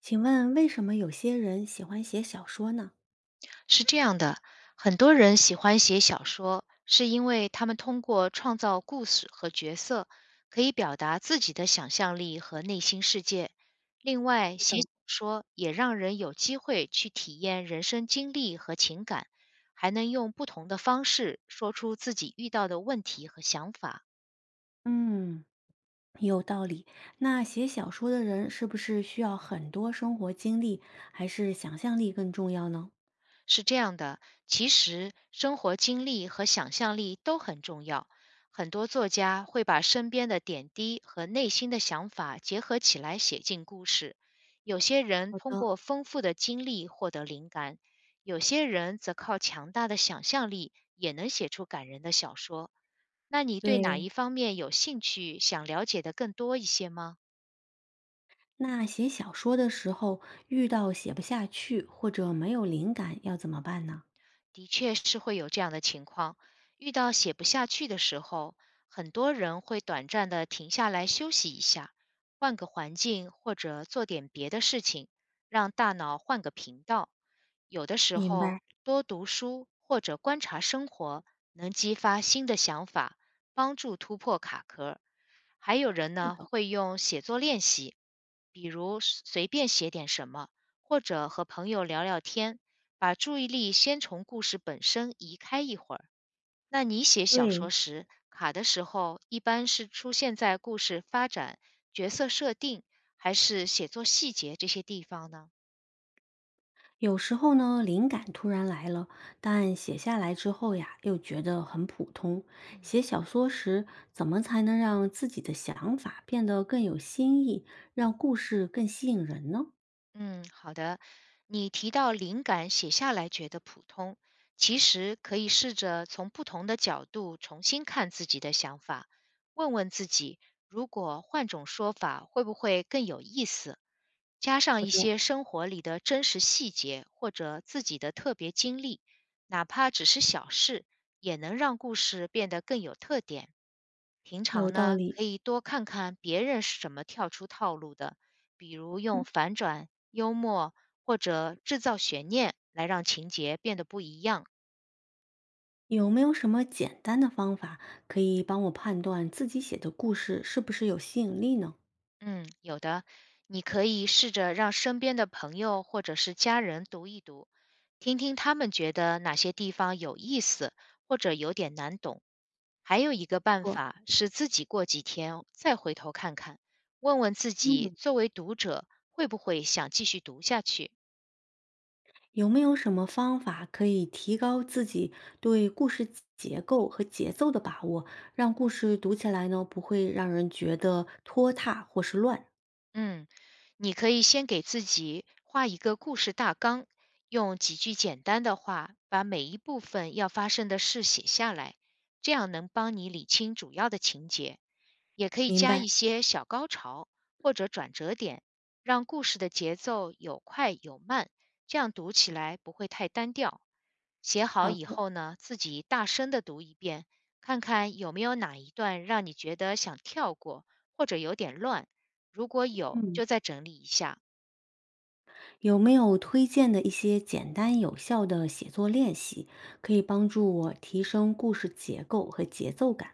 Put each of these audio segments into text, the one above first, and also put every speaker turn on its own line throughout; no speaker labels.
请问为什么有些人喜欢写小说呢？
是这样的，很多人喜欢写小说，是因为他们通过创造故事和角色，可以表达自己的想象力和内心世界。另外，写
等，
小说也让人有机会去体验人生经历和情感，还能用不同的方式说出自己遇到的问题和想法。
嗯，有道理。那写小说的人是不是需要很多生活经历，还是想象力更重要呢？
是这样的，其实生活经历和想象力都很重要。很多作家会把身边的点滴和内心的想法结合起来写进故事。有些人
好
通
的。
过丰富的经历获得灵感，有些人则靠强大的想象力也能写出感人的小说。那你对哪一
对，
方面有兴趣，想了解的更多一些吗？
那写小说的时候遇到写不下去或者没有灵感，要怎么办呢？
的确是会有这样的情况。遇到写不下去的时候，很多人会短暂的停下来休息一下，换个环境或者做点别的事情，让大脑换个频道。有的时
明白。
候多读书或者观察生活，能激发新的想法，帮助突破卡壳。还有人
是
呢，
的。
会用写作练习，比如随随便写点什么，或者和朋友聊聊天，把注意力先从故事本身移开一会儿。那你写小说
对，
时卡的时候，一般是出现在故事发展、角色设定，还是写作细节这些地方呢？
有时候呢，灵感突然来了，但写下来之后呀，又觉得很普通。
嗯
写小说时，怎么才能让自己的想法变得更有新意，让故事更吸引人呢？
嗯，好的。你提到灵感写下来觉得普通，其实可以试着从不同的角度重新看自己的想法，问问自己，如果换种说法，会不会更有意思？加上
好
一
的。
些生活里的真实细节或者自己的特别经历，哪怕只是小事，也能让故事变得更有特点。平
有
常
道
呢，
理。
可以多看看别人是怎么跳出套路的，比如
嗯，
用反转、幽默或者制造悬念来让情节变得不一样。
有没有什么简单的方法可以帮我判断自己写的故事是不是有吸引力呢？
嗯，有的，你可以试着让身边的朋友或者是家人读一读，听听他们觉得哪些地方有意思，或者有点难懂。还有一个办
我，
法是自己过几天再回头看看，问问自己
嗯。
作为读者会不会想继续读下去。
有没有什么方法可以提高自己对故事结构和节奏的把握，让故事读起来呢不会让人觉得拖沓或是乱？
嗯，你可以先给自己画一个故事大纲，用几句简单的话把每一部分要发生的事写下来，这样能帮你理清主要的情节。也可以
明
加一
白。
些小高潮或者转折点，让故事的节奏有快有慢，这样读起来不会太单调。写好
好
以
的。
后呢，自己大声的读一遍，看看有没有哪一段让你觉得想跳过或者有点乱。如果有，
嗯，
就再整理一下。
有没有推荐的一些简单有效的写作练习，可以帮助我提升故事结构和节奏感？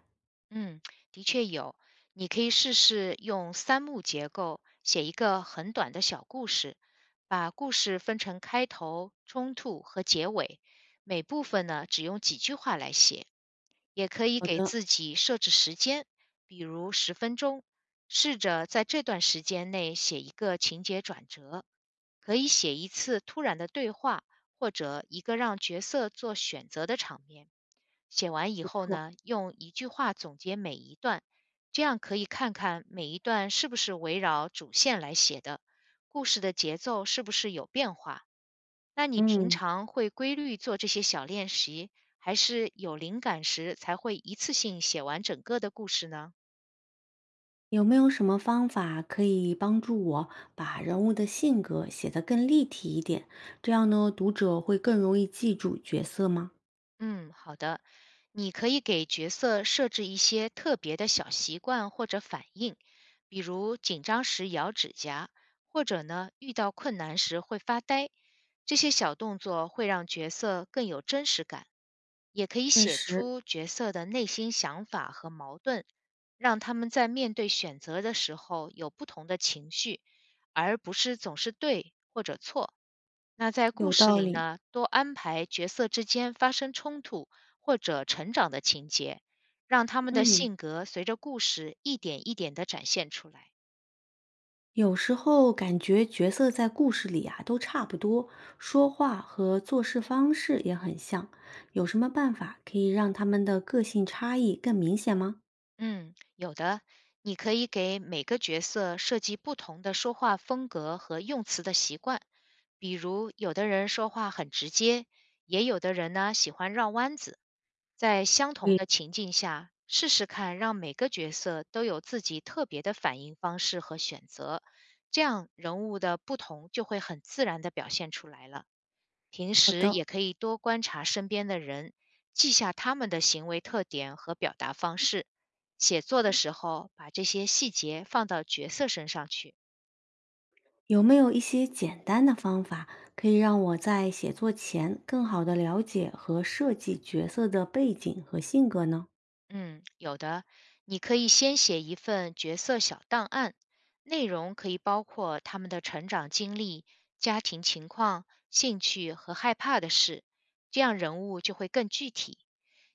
嗯，的确有。你可以试试用三幕结构写一个很短的小故事，把故事分成开头、冲突和结尾，每部分呢只用几句话来写。也可以
好
给
的。
自己设置时间，比如10分钟，试着在这段时间内写一个情节转折。可以写一次突然的对话，或者一个让角色做选择的场面。写完以
不
后
错。
呢，用一句话总结每一段，这样可以看看每一段是不是围绕主线来写的，故事的节奏是不是有变化。那你平
嗯。
常会规律做这些小练习，还是有灵感时才会一次性写完整个的故事呢？
有没有什么方法可以帮助我把人物的性格写得更立体一点？这样呢，读者会更容易记住角色吗？
嗯，好的。你可以给角色设置一些特别的小习惯或者反应，比如紧张时咬指甲，或者呢遇到困难时会发呆。这些小动作会让角色更有真实感。也可以
确
写
实
出角色的内心想法和矛盾，让他们在面对选择的时候有不同的情绪，而不是总是对或者错。那在故
有
事
道
里
理。
呢，多安排角色之间发生冲突或者成长的情节，让他们的
嗯，
性格随着故事一点一点地展现出来。
有时候感觉角色在故事里啊都差不多，说话和做事方式也很像。有什么办法可以让他们的个性差异更明显吗？
嗯，有的，你可以给每个角色设计不同的说话风格和用词的习惯，比如有的人说话很直接，也有的人呢喜欢绕弯子。在相同
对，
的情境下，试试看让每个角色都有自己特别的反应方式和选择，这样人物的不同就会很自然地表现出来了。平
好
时
的。
也可以多观察身边的人，记下他们的行为特点和表达方式。写作的时候，把这些细节放到角色身上去。
有没有一些简单的方法，可以让我在写作前更好的了解和设计角色的背景和性格呢？
嗯，有的，你可以先写一份角色小档案，内容可以包括他们的成长经历、家庭情况、兴趣和害怕的事，这样人物就会更具体。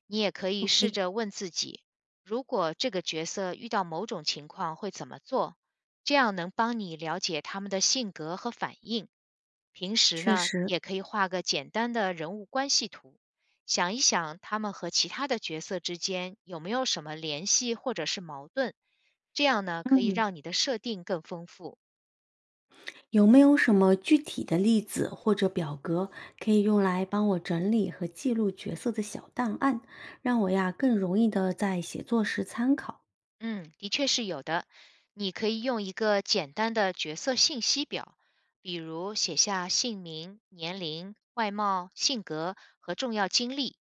你也可以试
诶，
着问自己，如果这个角色遇到某种情况会怎么做，这样能帮你了解他们的性格和反应。平时
确
呢，
实。
也可以画个简单的人物关系图，想一想他们和其他的角色之间有没有什么联系或者是矛盾，这样呢可以
嗯，
让你的设定更丰富。
有没有什么具体的例子或者表格可以用来帮我整理和记录角色的小档案，让我呀更容易的在写作时参考？
嗯，的确是有的。你可以用一个简单的角色信息表，比如写下姓名、年龄、外貌、性格和重要经历。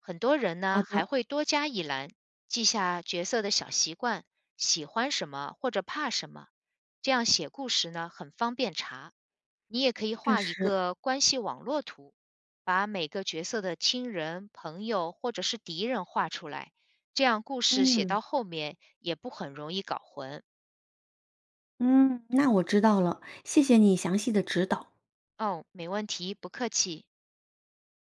很多人
好
呢
的。
还会多加一栏，记下角色的小习惯、喜欢什么或者怕什么。这样写故事呢很方便查。你也可以
确
画一
实。
个关系网络图，把每个角色的亲人、朋友或者是敌人画出来。这样故事写
嗯
到后面也不很容易搞混。
嗯，那我知道了，谢谢你详细的指导。
哦，没问题，不客气。